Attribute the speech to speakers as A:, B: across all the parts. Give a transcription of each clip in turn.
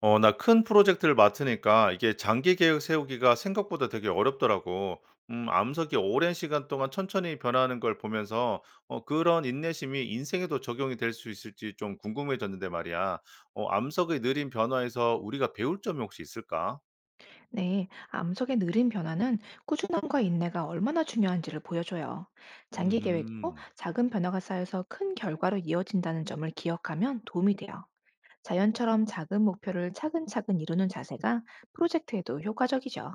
A: 나 큰 프로젝트를 맡으니까 이게 장기 계획 세우기가 생각보다 되게 어렵더라고. 암석이 오랜 시간 동안 천천히 변하는 걸 보면서 그런 인내심이 인생에도 적용이 될 수 있을지 좀 궁금해졌는데 말이야. 암석의 느린 변화에서 우리가 배울 점이 혹시 있을까?
B: 네, 암석의 느린 변화는 꾸준함과 인내가 얼마나 중요한지를 보여줘요. 장기 계획도
A: 음.
B: 작은 변화가 쌓여서 큰 결과로 이어진다는 점을 기억하면 도움이 돼요. 자연처럼 작은 목표를 차근차근 이루는 자세가 프로젝트에도 효과적이죠.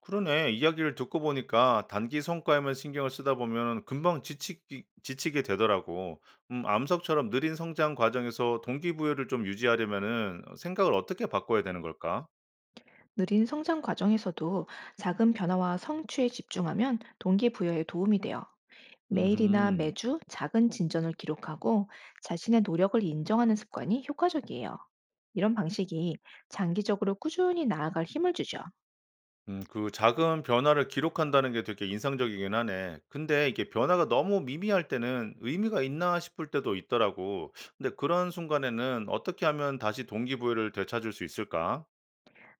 A: 그러네. 이야기를 듣고 보니까 단기 성과에만 신경을 쓰다 보면 금방 지치게 되더라고. 암석처럼 느린 성장 과정에서 동기부여를 좀 유지하려면은 생각을 어떻게 바꿔야 되는 걸까?
B: 느린 성장 과정에서도 작은 변화와 성취에 집중하면 동기부여에 도움이 돼요. 매일이나
A: 음,
B: 매주 작은 진전을 기록하고 자신의 노력을 인정하는 습관이 효과적이에요. 이런 방식이 장기적으로 꾸준히 나아갈 힘을 주죠.
A: 그 작은 변화를 기록한다는 게 되게 인상적이긴 하네. 근데 이게 변화가 너무 미미할 때는 의미가 있나 싶을 때도 있더라고. 근데 그런 순간에는 어떻게 하면 다시 동기부여를 되찾을 수 있을까?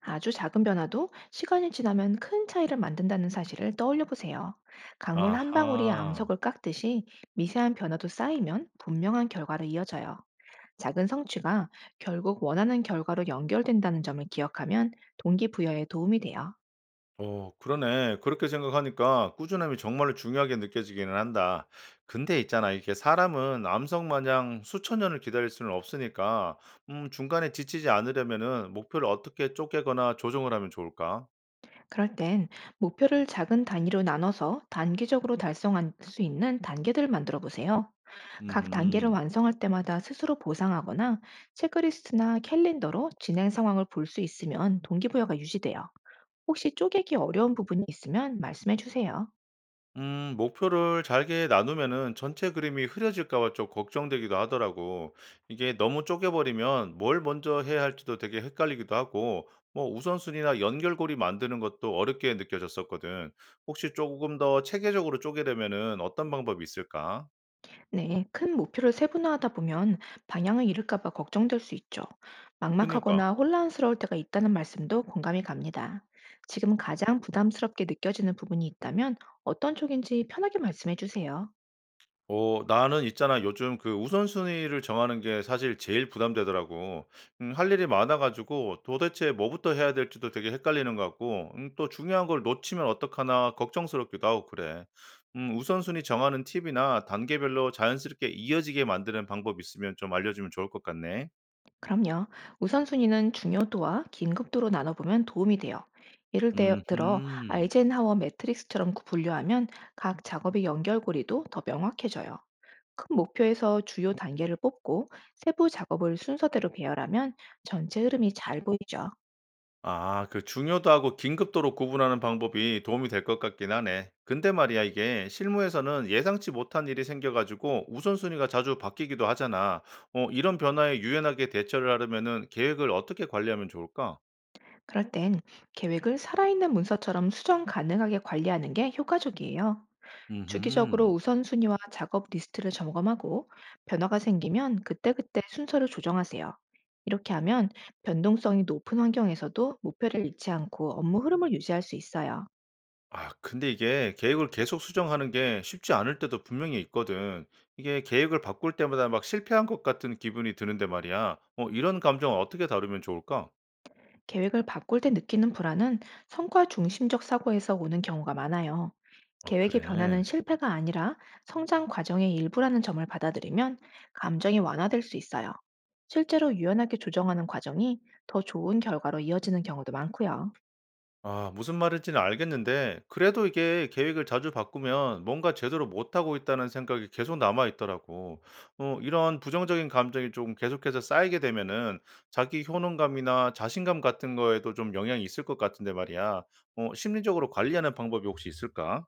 B: 아주 작은 변화도 시간이 지나면 큰 차이를 만든다는 사실을 떠올려 보세요. 강물 한 방울이
A: 아하.
B: 암석을 깎듯이 미세한 변화도 쌓이면 분명한 결과로 이어져요. 작은 성취가 결국 원하는 결과로 연결된다는 점을 기억하면 동기부여에 도움이 돼요.
A: 그러네. 그렇게 생각하니까 꾸준함이 정말로 중요하게 느껴지기는 한다. 근데 있잖아, 이게 사람은 암석 마냥 수천 년을 기다릴 수는 없으니까, 중간에 지치지 않으려면은 목표를 어떻게 쪼개거나 조정을 하면 좋을까?
B: 그럴 땐 목표를 작은 단위로 나눠서 단기적으로 달성할 수 있는 단계들을 만들어 보세요. 각 단계를
A: 음
B: 완성할 때마다 스스로 보상하거나 체크리스트나 캘린더로 진행 상황을 볼 수 있으면 동기부여가 유지돼요. 혹시 쪼개기 어려운 부분이 있으면 말씀해 주세요.
A: 목표를 잘게 나누면은 전체 그림이 흐려질까 봐 좀 걱정되기도 하더라고. 이게 너무 쪼개버리면 뭘 먼저 해야 할지도 되게 헷갈리기도 하고, 뭐 우선순위나 연결고리 만드는 것도 어렵게 느껴졌었거든. 혹시 조금 더 체계적으로 쪼개려면은 어떤 방법이 있을까?
B: 네, 큰 목표를 세분화하다 보면 방향을 잃을까 봐 걱정될 수 있죠.
A: 그니까.
B: 막막하거나 혼란스러울 때가 있다는 말씀도 공감이 갑니다. 지금 가장 부담스럽게 느껴지는 부분이 있다면 어떤 쪽인지 편하게 말씀해 주세요.
A: 나는 있잖아 요즘 그 우선순위를 정하는 게 사실 제일 부담되더라고. 할 일이 많아 가지고 도대체 뭐부터 해야 될지도 되게 헷갈리는 것 같고 또 중요한 걸 놓치면 어떡하나 걱정스럽기도 하고 그래. 우선순위 정하는 팁이나 단계별로 자연스럽게 이어지게 만드는 방법 있으면 좀 알려주면 좋을 것 같네.
B: 그럼요. 우선순위는 중요도와 긴급도로 나눠보면 도움이 돼요. 들어
A: 음흠.
B: 아이젠하워 매트릭스처럼 분류하면 각 작업의 연결고리도 더 명확해져요. 큰 목표에서 주요 단계를 뽑고 세부 작업을 순서대로 배열하면 전체 흐름이 잘 보이죠.
A: 아, 그 중요도하고 긴급도로 구분하는 방법이 도움이 될 것 같긴 하네. 근데 말이야, 이게 실무에서는 예상치 못한 일이 생겨가지고 우선순위가 자주 바뀌기도 하잖아. 이런 변화에 유연하게 대처를 하려면은 계획을 어떻게 관리하면 좋을까?
B: 그럴 땐 계획을 살아있는 문서처럼 수정 가능하게 관리하는 게 효과적이에요. 주기적으로
A: 음,
B: 우선순위와 작업 리스트를 점검하고 변화가 생기면 그때그때 순서를 조정하세요. 이렇게 하면 변동성이 높은 환경에서도 목표를 잃지 않고 업무 흐름을 유지할 수 있어요.
A: 아, 근데 이게 계획을 계속 수정하는 게 쉽지 않을 때도 분명히 있거든. 이게 계획을 바꿀 때마다 막 실패한 것 같은 기분이 드는데 말이야. 이런 감정을 어떻게 다루면 좋을까?
B: 계획을 바꿀 때 느끼는 불안은 성과 중심적 사고에서 오는 경우가 많아요.
A: 어,
B: 계획의 변화는
A: 그래.
B: 실패가 아니라 성장 과정의 일부라는 점을 받아들이면 감정이 완화될 수 있어요. 실제로 유연하게 조정하는 과정이 더 좋은 결과로 이어지는 경우도 많고요.
A: 아 무슨 말인지는 알겠는데 그래도 이게 계획을 자주 바꾸면 뭔가 제대로 못하고 있다는 생각이 계속 남아 있더라고. 이런 부정적인 감정이 좀 계속해서 쌓이게 되면은 자기 효능감이나 자신감 같은 거에도 좀 영향이 있을 것 같은데 말이야. 심리적으로 관리하는 방법이 혹시 있을까?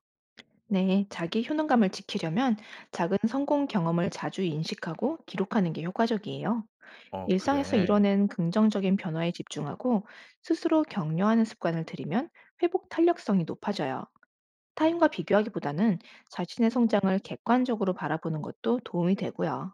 B: 네, 자기 효능감을 지키려면 작은 성공 경험을 자주 인식하고 기록하는 게 효과적이에요.
A: 어
B: 일상에서
A: 그래.
B: 이뤄낸 긍정적인 변화에 집중하고 스스로 격려하는 습관을 들이면 회복 탄력성이 높아져요. 타인과 비교하기보다는 자신의 성장을 객관적으로 바라보는 것도 도움이 되고요.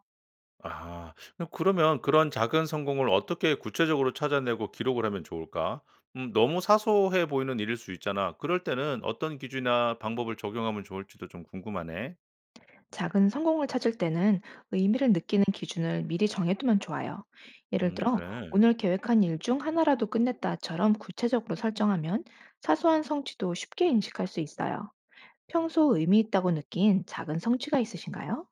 A: 아. 그럼 그러면 그런 작은 성공을 어떻게 구체적으로 찾아내고 기록을 하면 좋을까? 너무 사소해 보이는 일일 수 있잖아. 그럴 때는 어떤 기준이나 방법을 적용하면 좋을지도 좀 궁금하네.
B: 작은 성공을 찾을 때는 의미를 느끼는 기준을 미리 정해두면 좋아요. 예를 들어,
A: 그래.
B: 오늘 계획한 일 중 하나라도 끝냈다처럼 구체적으로 설정하면 사소한 성취도 쉽게 인식할 수 있어요. 평소 의미 있다고 느낀 작은 성취가 있으신가요?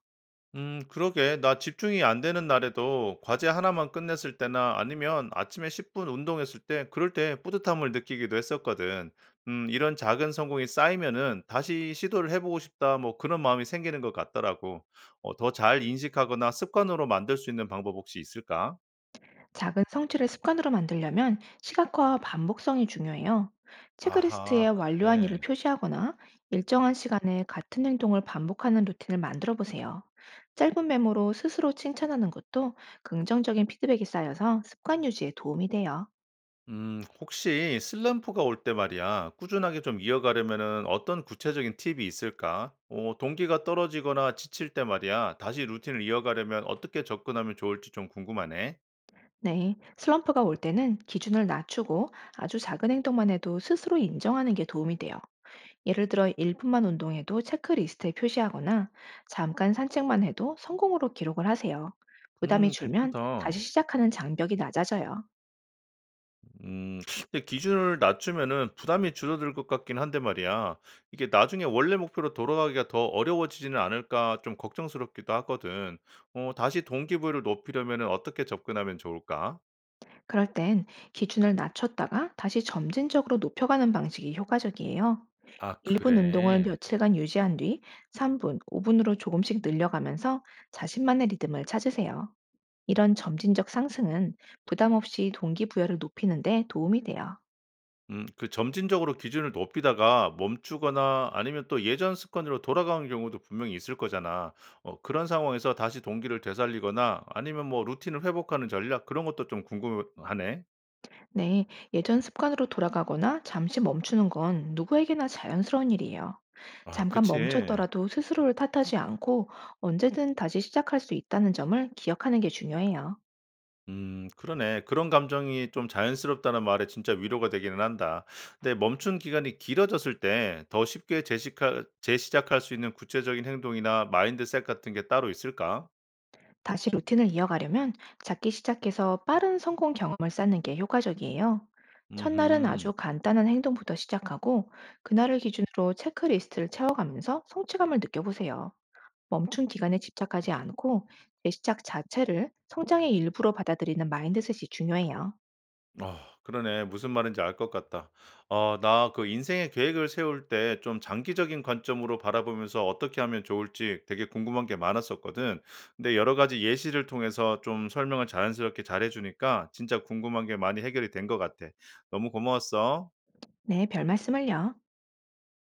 A: 그러게. 나 집중이 안 되는 날에도 과제 하나만 끝냈을 때나 아니면 아침에 10분 운동했을 때 그럴 때 뿌듯함을 느끼기도 했었거든. 이런 작은 성공이 쌓이면은 다시 시도를 해보고 싶다. 뭐 그런 마음이 생기는 것 같더라고. 더잘 인식하거나 습관으로 만들 수 있는 방법 혹시 있을까?
B: 작은 성취를 습관으로 만들려면 시각화와 반복성이 중요해요. 체크리스트에
A: 아하,
B: 완료한 일을
A: 그래.
B: 표시하거나 일정한 시간에 같은 행동을 반복하는 루틴을 만들어 보세요. 짧은 메모로 스스로 칭찬하는 것도 긍정적인 피드백이 쌓여서 습관 유지에 도움이 돼요.
A: 혹시 슬럼프가 올 때 말이야, 꾸준하게 좀 이어가려면은 어떤 구체적인 팁이 있을까? 동기가 떨어지거나 지칠 때 말이야, 다시 루틴을 이어가려면 어떻게 접근하면 좋을지 좀 궁금하네.
B: 네, 슬럼프가 올 때는 기준을 낮추고 아주 작은 행동만 해도 스스로 인정하는 게 도움이 돼요. 예를 들어 1분만 운동해도 체크리스트에 표시하거나 잠깐 산책만 해도 성공으로 기록을 하세요. 부담이 줄면 다시
A: 괜찮다.
B: 시작하는 장벽이 낮아져요.
A: 음, 근데 기준을 낮추면은 부담이 줄어들 것 같긴 한데 말이야. 이게 나중에 원래 목표로 돌아가기가 더 어려워지지는 않을까 좀 걱정스럽기도 하거든. 다시 동기부여를 높이려면은 어떻게 접근하면 좋을까?
B: 그럴 땐 기준을 낮췄다가 다시 점진적으로 높여가는 방식이 효과적이에요.
A: 아,
B: 1분 운동을
A: 그래.
B: 며칠간 유지한 뒤 3분, 5분으로 조금씩 늘려가면서 자신만의 리듬을 찾으세요. 이런 점진적 상승은 부담 없이 동기부여를 높이는 데 도움이 돼요.
A: 그 점진적으로 기준을 높이다가 멈추거나 아니면 또 예전 습관으로 돌아가는 경우도 분명히 있을 거잖아. 그런 상황에서 다시 동기를 되살리거나 아니면 뭐 루틴을 회복하는 전략 그런 것도 좀 궁금하네.
B: 네, 예전 습관으로 돌아가거나 잠시 멈추는 건 누구에게나 자연스러운 일이에요.
A: 아
B: 잠깐
A: 그치.
B: 멈췄더라도 스스로를 탓하지 않고 언제든 다시 시작할 수 있다는 점을 기억하는 게 중요해요.
A: 그러네. 그런 감정이 좀 자연스럽다는 말에 진짜 위로가 되기는 한다. 근데 멈춘 기간이 길어졌을 때 더 쉽게 재시카 재시작할 수 있는 구체적인 행동이나 마인드셋 같은 게 따로 있을까?
B: 다시 루틴을 이어가려면 작기 시작해서 빠른 성공 경험을 쌓는 게 효과적이에요. 첫날은
A: 음흠.
B: 아주 간단한 행동부터 시작하고 그날을 기준으로 체크리스트를 채워가면서 성취감을 느껴보세요. 멈춘 기간에 집착하지 않고 제 시작 자체를 성장의 일부로 받아들이는 마인드셋이 중요해요.
A: 그러네. 무슨 말인지 알 것 같다. 나 그 인생의 계획을 세울 때 좀 장기적인 관점으로 바라보면서 어떻게 하면 좋을지 되게 궁금한 게 많았었거든. 근데 여러 가지 예시를 통해서 좀 설명을 자연스럽게 잘해 주니까 진짜 궁금한 게 많이 해결이 된 것 같아. 너무 고마웠어.
B: 네, 별 말씀을요.